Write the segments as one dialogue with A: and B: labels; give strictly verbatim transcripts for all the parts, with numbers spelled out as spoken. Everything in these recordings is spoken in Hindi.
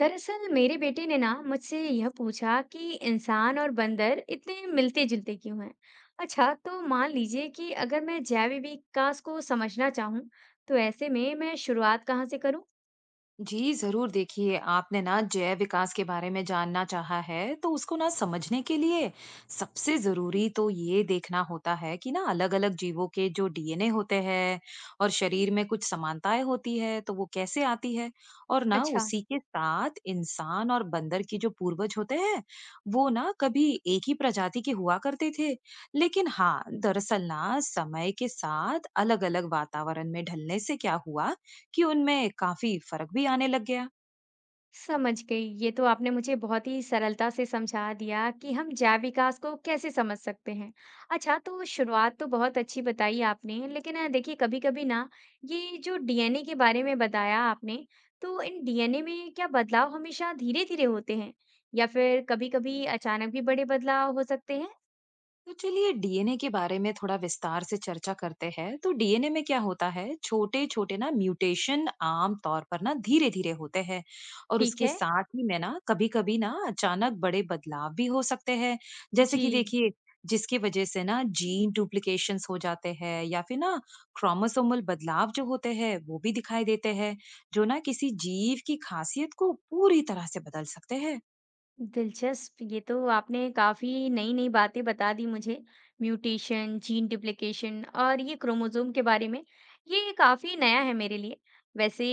A: दरअसल मेरे बेटे ने ना मुझसे यह पूछा कि इंसान और बंदर इतने मिलते जुलते क्यों हैं। अच्छा, तो मान लीजिए कि अगर मैं जैव विकास को समझना चाहूँ, तो ऐसे में मैं शुरुआत कहाँ से करूँ।
B: जी, ज़रूर। देखिए आपने ना जैव विकास के बारे में जानना चाहा है, तो उसको ना समझने के लिए सबसे ज़रूरी तो ये देखना होता है कि ना अलग-अलग जीवों के जो डीएनए होते हैं और शरीर में कुछ समानताएं होती है, तो वो कैसे आती है। और ना
A: अच्छा,
B: उसी के साथ इंसान और बंदर की जो पूर्वज होते हैं, वो ना कभी एक ही प्रजाति के हुआ करते थे। लेकिन हाँ, दरअसल ना समय के साथ अलग-अलग वातावरण में ढलने से क्या हुआ कि उनमें काफी फर्क भी आने लग गया।
A: समझ गई। ये तो आपने मुझे बहुत ही सरलता से समझा दिया कि हम जैव विकास को कैसे समझ सकते हैं। अच्छा, तो शुरुआत तो बहुत अच्छी बताई आपने, लेकिन अ, देखिए कभी-कभी ना ये जो डी एन ए के बारे में बताया आपने, तो इन डी एन ए में क्या बदलाव हमेशा धीरे-धीरे होते हैं या फिर कभी-कभी अचानक भी बड़े बदलाव हो सकते हैं?
B: तो चलिए डीएनए के बारे में थोड़ा विस्तार से चर्चा करते हैं। तो डीएनए में क्या होता है? छोटे-छोटे ना म्यूटेशन आम तौर पर ना धीरे-धीरे होते हैं और
A: ठीक
B: उसके
A: है।
B: साथ ही में ना कभी-कभी ना अचानक बड़े बदलाव भी हो सकते हैं। जैसे
A: जी।
B: कि देखिए जिसकी वजह से ना जीन डुप्लीकेशंस हो जाते हैं या फिर ना क्रोमोसोमल बदलाव जो होते हैं वो भी दिखाई देते हैं जो ना किसी जीव की खासियत को पूरी तरह से बदल सकते हैं।
A: दिलचस्प! ये तो आपने काफ़ी नई-नई बातें बता दी मुझे। म्यूटेशन, जीन डुप्लिकेशन और ये क्रोमोसोम के बारे में, ये काफ़ी नया है मेरे लिए। वैसे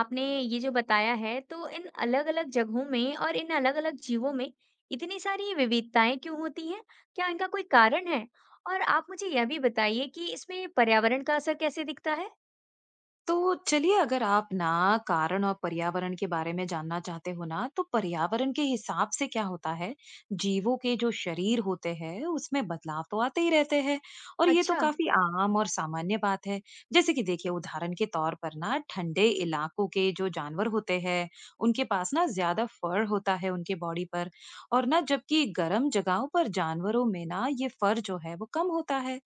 A: आपने ये जो बताया है, तो इन अलग-अलग जगहों में और इन अलग-अलग जीवों में इतनी सारी विविधताएँ क्यों होती हैं? क्या इनका कोई कारण है? और आप मुझे यह भी बताइए कि इसमें पर्यावरण का असर कैसे दिखता है?
B: तो चलिए अगर आप ना कारण और पर्यावरण के बारे में जानना चाहते हो ना तो पर्यावरण के हिसाब से क्या होता है जीवों के जो शरीर होते हैं उसमें बदलाव तो आते ही रहते हैं और ये तो
A: अच्छा।
B: काफी आम और सामान्य बात है। जैसे कि देखिए उदाहरण के तौर पर ना ठंडे इलाकों के जो जानवर होते हैं उनके पास ना ज्यादा फर होता है उनके बॉडी पर और ना जबकि गर्म जगहों पर जानवरों में ना ये फर जो है वो कम होता है।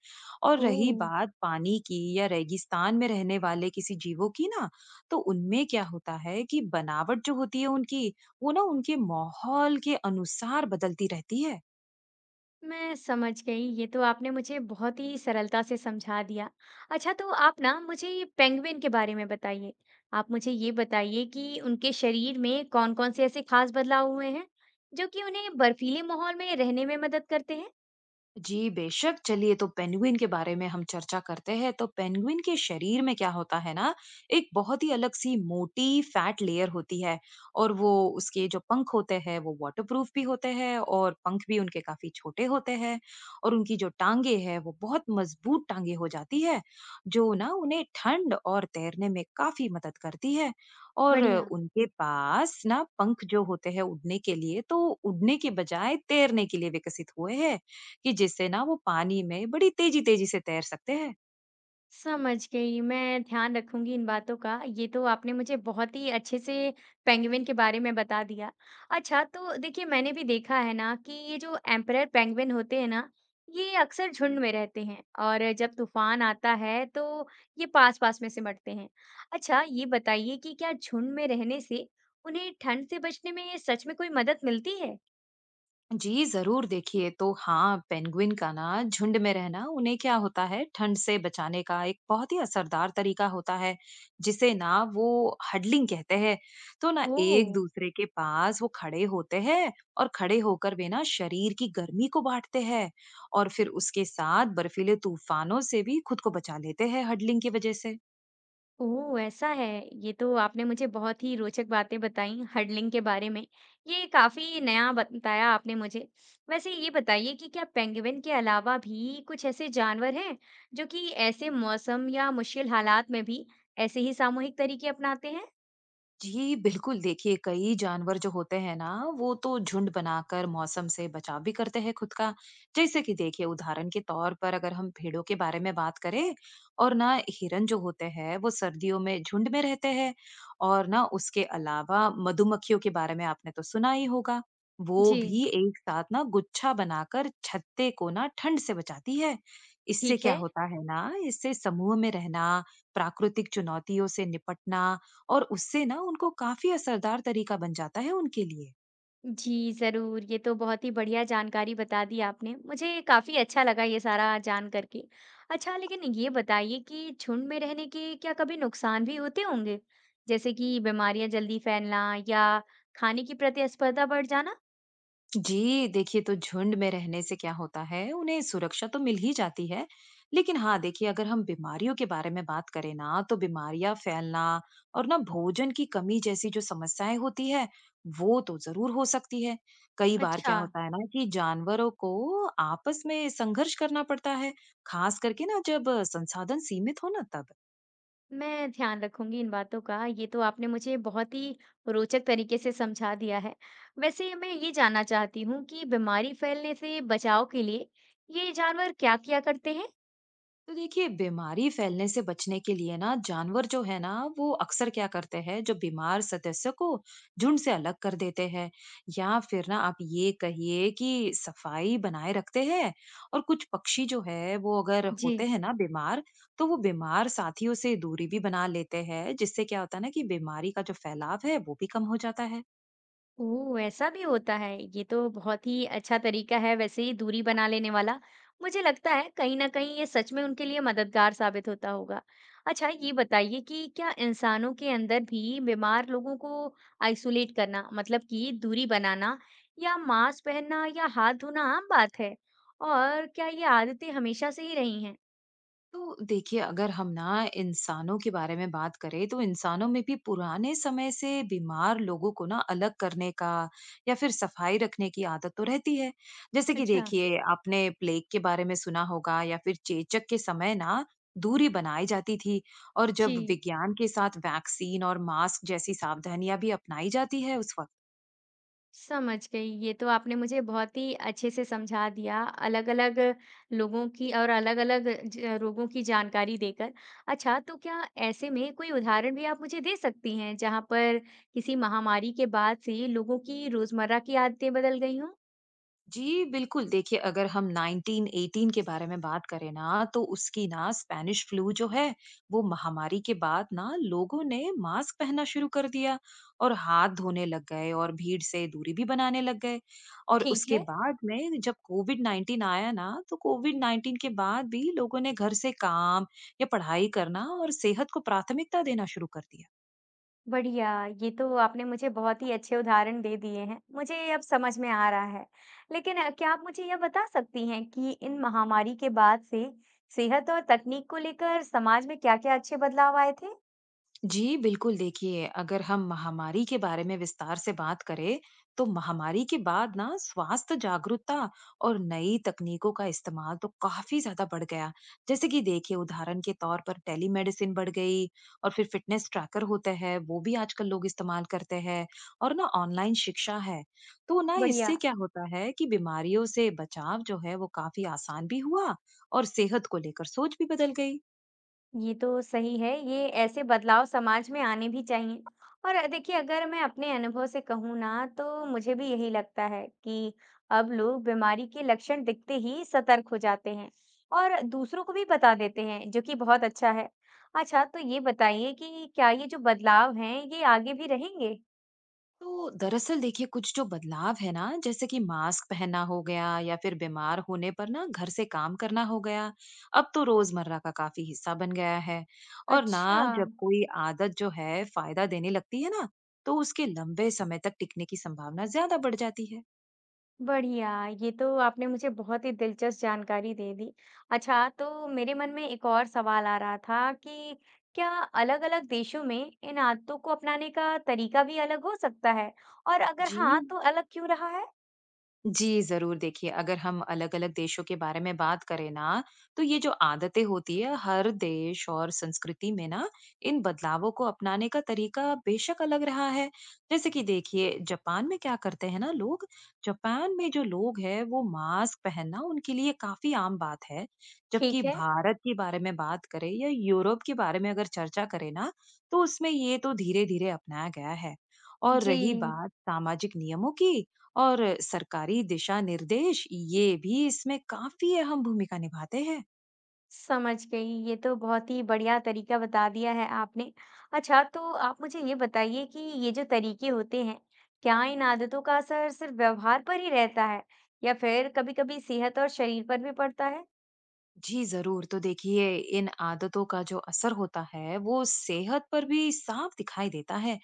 B: और रही
A: ओह!
B: बात पानी की या रेगिस्तान में रहने वाले किसी जीवों की ना, तो उनमें क्या होता है कि बनावट जो होती है उनकी, वो ना उनके माहौल के अनुसार बदलती रहती है।
A: मैं समझ गई। ये तो आपने मुझे बहुत ही सरलता से समझा दिया। अच्छा, तो आप ना मुझे ये पेंगुइन के बारे में बताइए। आप मुझे ये बताइए कि उनके शरीर में कौन-कौन से ऐसे खास बदलाव हुए हैं जो कि उन्हें बर्फीले माहौल में रहने में मदद करते हैं?
B: जी, बेशक। चलिए तो पेंगुइन के बारे में हम चर्चा करते हैं। तो पेंगुइन के शरीर में क्या होता है ना, एक बहुत ही अलग-सी मोटी फैट लेयर होती है और वो उसके जो पंख होते हैं, वो वाटरप्रूफ भी होते हैं और पंख भी उनके काफ़ी छोटे होते हैं और उनकी जो टाँगें हैं, वो बहुत मज़बूत टाँगें हो जाती है, जो ना उन्हें ठंड और तैरने में काफ़ी मदद करती है। और
A: बढ़िया।
B: उनके पास ना पंख जो होते हैं उड़ने के लिए, तो उड़ने के बजाय तैरने के लिए विकसित हुए हैं। कि जिससे ना वो पानी में बड़ी तेजी-तेजी से तैर सकते हैं।
A: समझ गई, मैं ध्यान रखूँगी इन बातों का। ये तो आपने मुझे बहुत ही अच्छे से पेंगुइन के बारे में बता दिया। अच्छा, तो देखिए मैंने भी देखा है ना कि ये जो एम्परर पेंगुइन होते हैं ना, ये अक्सर झुंड में रहते हैं और जब तूफ़ान आता है तो ये पास-पास में सिमटते हैं। अच्छा, ये बताइए कि क्या झुंड में रहने से उन्हें ठंड से बचने में सच में कोई मदद मिलती है?
B: जी, ज़रूर। देखिए, तो हाँ, पेंगुइन का ना झुंड में रहना उन्हें क्या होता है, ठंड से बचाने का एक बहुत ही असरदार तरीका होता है, जिसे ना वो हडलिंग कहते हैं। तो ना
A: ओह!
B: एक-दूसरे के पास वो खड़े होते हैं और खड़े होकर वे ना शरीर की गर्मी को बाँटते हैं और फिर उसके साथ बर्फीले तूफानों से भी खुद को बचा लेते हैं हडलिंग की वज़ह से।
A: ओह! ऐसा है। ये तो आपने मुझे बहुत ही रोचक बातें बताई हर्डलिंग के बारे में। ये काफ़ी नया बताया आपने मुझे। वैसे ये बताइए कि क्या पेंगुइन के अलावा भी कुछ ऐसे जानवर हैं, जो कि ऐसे मौसम या मुश्किल हालात में भी ऐसे ही सामूहिक तरीके अपनाते हैं?
B: जी, बिल्कुल। देखिए कई जानवर जो होते हैं ना, वो तो झुंड बनाकर मौसम से बचाव भी करते हैं खुद का। जैसे कि देखिए उदाहरण के तौर पर अगर हम भेड़ों के बारे में बात करें और ना हिरन जो होते हैं वो सर्दियों में झुंड में रहते हैं और ना उसके अलावा मधुमक्खियों के बारे में आपने तो सुना ही होगा। वो
A: जी,
B: भी एक साथ ना गुच्छा बनाकर छत्ते को ना ठंड से बचाती है। इससे
A: ठीक
B: क्या
A: है।
B: होता है ना, इससे समूह में रहना, प्राकृतिक चुनौतियों से निपटना और उससे ना उनको काफी असरदार तरीका बन जाता है उनके लिए।
A: जी, ज़रूर। ये तो बहुत ही बढ़िया जानकारी बता दी आपने। मुझे काफ़ी अच्छा लगा ये सारा जान करके। अच्छा, लेकिन ये बताइए कि झुंड में रहने के क्या कभी नुकसान भी होते होंगे? जैसे कि बीमारियाँ जल्दी फैलना या खाने की प्रतिस्पर्धा बढ़ जाना?
B: जी, देखिए तो झुंड में रहने से क्या होता है उन्हें सुरक्षा तो मिल ही जाती है। लेकिन हाँ देखिए अगर हम बीमारियों के बारे में बात करें ना तो बीमारियां फैलना और ना भोजन की कमी जैसी जो समस्याएं होती है वो तो जरूर हो सकती है। कई बार
A: अच्छा,
B: क्या होता है ना कि जानवरों को आपस में संघर्ष करना पड़ता है खास करके ना जब संसाधन सीमित हो ना तब।
A: मैं ध्यान रखूँगी इन बातों का। ये तो आपने मुझे बहुत ही रोचक तरीके से समझा दिया है। वैसे मैं ये जानना चाहती हूँ कि बीमारी फैलने से बचाव के लिए ये जानवर क्या किया करते हैं?
B: तो देखिए बीमारी फैलने से बचने के लिए ना जानवर जो है ना वो अक्सर क्या करते हैं जो बीमार सदस्य को झुंड से अलग कर देते हैं या फिर ना आप ये कहिए कि सफाई बनाए रखते हैं। और कुछ पक्षी जो है वो अगर
A: जी।
B: होते हैं ना बीमार तो वो बीमार साथियों से दूरी भी बना लेते हैं जिससे क्या होता है ना कि बीमारी का जो फैलाव है वो भी कम हो जाता है।
A: ओह! ऐसा भी होता है। ये तो बहुत ही अच्छा तरीका है, वैसे ये दूरी बना लेने वाला। मुझे लगता है कहीं न कहीं ये सच में उनके लिए मददगार साबित होता होगा। अच्छा, ये बताइए कि क्या इंसानों के अंदर भी बीमार लोगों को आइसोलेट करना मतलब कि दूरी बनाना या मास्क पहनना या हाथ धोना आम बात है? और क्या ये आदतें हमेशा से ही रही हैं?
B: तो देखिए अगर हम ना इंसानों के बारे में बात करें तो इंसानों में भी पुराने समय से बीमार लोगों को ना अलग करने का या फिर सफाई रखने की आदत तो रहती है। जैसे कि
A: अच्छा,
B: देखिए आपने प्लेग के बारे में सुना होगा या फिर चेचक के समय ना दूरी बनाई जाती थी। और
A: जी।
B: जब विज्ञान के साथ वैक्सीन और मास्क जैसी सावधानियां भी अपनाई जाती है उस वक्त।
A: समझ गई। ये तो आपने मुझे बहुत ही अच्छे से समझा दिया, अलग-अलग लोगों की और अलग-अलग ज रोगों की जानकारी देकर। अच्छा, तो क्या ऐसे में कोई उदाहरण भी आप मुझे दे सकती हैं, जहाँ पर किसी महामारी के बाद से लोगों की रोज़मर्रा की आदतें बदल गई हों?
B: जी, बिल्कुल। देखिए, अगर हम नाइन्टीन एटीन के बारे में बात करें ना, तो उसकी ना स्पेनिश फ्लू जो है, वो महामारी के बाद ना लोगों ने मास्क पहनना शुरू कर दिया और हाथ धोने लग गए और भीड़ से दूरी भी बनाने लग गए। और
A: ठीक
B: उसके
A: है।
B: बाद में जब कोविड-नाइन्टीन आया ना, तो कोविड-नाइन्टीन के बाद भी लोगों ने घर से काम या पढ़ाई करना और सेहत को प्राथमिकता देना शुरू कर दिया।
A: बढ़िया, ये तो आपने मुझे बहुत ही अच्छे उदाहरण दे दिए हैं। मुझे ये अब समझ में आ रहा है। लेकिन अ, क्या आप मुझे यह बता सकती हैं कि इन महामारी के बाद से सेहत और तकनीक को लेकर समाज में क्या-क्या अच्छे बदलाव आए थे?
B: जी, बिल्कुल। देखिए, अगर हम महामारी के बारे में विस्तार से बात करें, तो महामारी के बाद ना स्वास्थ्य जागरूकता और नई तकनीकों का इस्तेमाल तो काफ़ी ज़्यादा बढ़ गया। जैसे कि देखिए उदाहरण के तौर पर टेलीमेडिसिन बढ़ गई और फिर फ़िटनेस ट्रैकर होते हैं, वो भी आजकल लोग इस्तेमाल करते हैं और ना ऑनलाइन शिक्षा है। तो ना इससे
A: बढ़िया।
B: क्या होता है कि बीमारियों से बचाव जो है वो काफ़ी आसान भी हुआ और सेहत को लेकर सोच भी बदल गई।
A: ये तो सही है, ये ऐसे बदलाव समाज में आने भी चाहिए। और अ, देखिए, अगर मैं अपने अनुभव से कहूँ ना, तो मुझे भी यही लगता है कि अब लोग बीमारी के लक्षण दिखते ही सतर्क हो जाते हैं और दूसरों को भी बता देते हैं, जो कि बहुत अच्छा है। अच्छा, तो ये बताइए कि क्या ये जो बदलाव हैं, ये आगे भी रहेंगे।
B: तो दरअसल देखिए कुछ जो बदलाव है ना जैसे कि मास्क पहनना हो गया या फिर बीमार होने पर ना घर से काम करना हो गया अब तो रोजमर्रा का काफी हिस्सा बन गया है। और ना
A: अच्छा।
B: जब कोई आदत जो है फायदा देने लगती है ना तो उसके लंबे समय तक टिकने की संभावना ज्यादा बढ़ जाती है।
A: बढ़िया, ये तो आपने मुझे बहुत ही दिलचस्प जानकारी दे दी। अच्छा, तो मेरे मन में एक और सवाल आ रहा था कि क्या अलग-अलग देशों में इन आदतों को अपनाने का तरीका भी अलग हो सकता है? और अगर
B: जी।
A: हाँ, तो अलग क्यों रहा है?
B: जी, ज़रूर। देखिए, अगर हम अलग-अलग देशों के बारे में बात करें ना, तो ये जो आदतें होती है, हर देश और संस्कृति में ना, इन बदलावों को अपनाने का तरीका बेशक अलग रहा है। जैसे कि देखिए, जापान में क्या करते हैं ना लोग, जापान में जो लोग हैं, वो मास्क पहनना उनके लिए काफ़ी आम बात है। जबकि
A: ठीक है,
B: भारत के बारे में बात करें या यूरोप के बारे में अगर चर्चा करें ना, तो उसमें ये तो धीरे-धीरे अपनाया गया है। और
A: जी,
B: रही बात सामाजिक नियमों की, और सरकारी दिशा निर्देश ये भी इसमें काफी अहम भूमिका निभाते हैं।
A: समझ गई। ये तो बहुत ही बढ़िया तरीका बता दिया है आपने। अच्छा, तो आप मुझे ये बताइए कि ये जो तरीके होते हैं, क्या इन आदतों का असर सिर्फ व्यवहार पर ही रहता है? या फिर कभी-कभी सेहत और शरीर पर भी पड़ता है?
B: जी जरूर। तो देखिए इन आदतों का जो असर होता है वो सेहत पर भी साफ दिखाई देता है।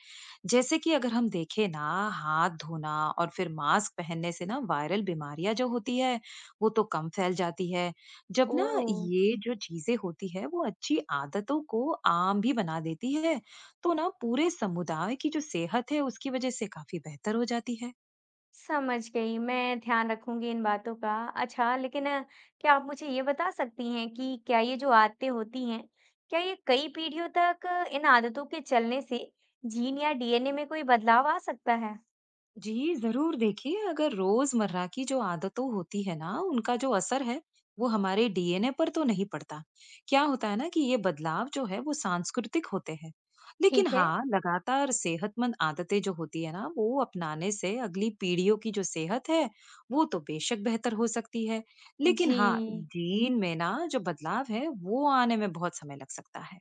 B: जैसे कि अगर हम देखें ना हाथ धोना और फिर मास्क पहनने से ना वायरल बीमारियां जो होती है वो तो कम फैल जाती है। जब ना
A: ओह!
B: ये जो चीजें होती है वो अच्छी आदतों को आम भी बना देती है तो ना पूरे समुदाय की जो सेहत है उसकी वजह से काफी बेहतर हो जाती है।
A: समझ गई, मैं ध्यान रखूँगी इन बातों का। अच्छा, लेकिन अ, क्या आप मुझे ये बता सकती हैं कि क्या ये जो आदतें होती हैं, क्या ये कई पीढ़ियों तक अ, इन आदतों के चलने से जीन या डी एन ए में कोई बदलाव आ सकता है?
B: जी, ज़रूर। देखिए, अगर रोज़मर्रा की जो आदतों होती है ना, उनका जो असर है, वो हमारे डीएनए पर तो नहीं पड़ता। क्या होता है ना कि ये बदलाव जो है, वो सांस्कृतिक होते हैं। लेकिन
A: ठीक है।
B: हाँ, लगातार सेहतमंद आदतें जो होती है ना, वो अपनाने से अगली पीढ़ियों की जो सेहत है, वो तो बेशक बेहतर हो सकती है। लेकिन
A: जी।
B: हाँ, जीन में ना जो बदलाव है, वो आने में बहुत समय लग सकता है।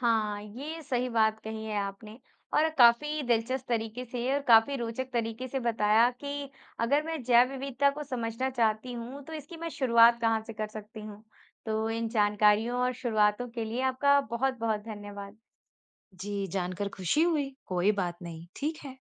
A: हाँ, ये सही बात कही है आपने, और काफ़ी दिलचस्प तरीके से और काफ़ी रोचक तरीके से बताया कि अगर मैं जैव विविधता को समझना चाहती हूँ, तो इसकी मैं शुरुआत कहाँ से कर सकती हूँ। तो इन जानकारियों और शुरुआतों के लिए आपका बहुत-बहुत धन्यवाद।
B: जी, जानकर खुशी हुई। कोई बात नहीं। ठीक है।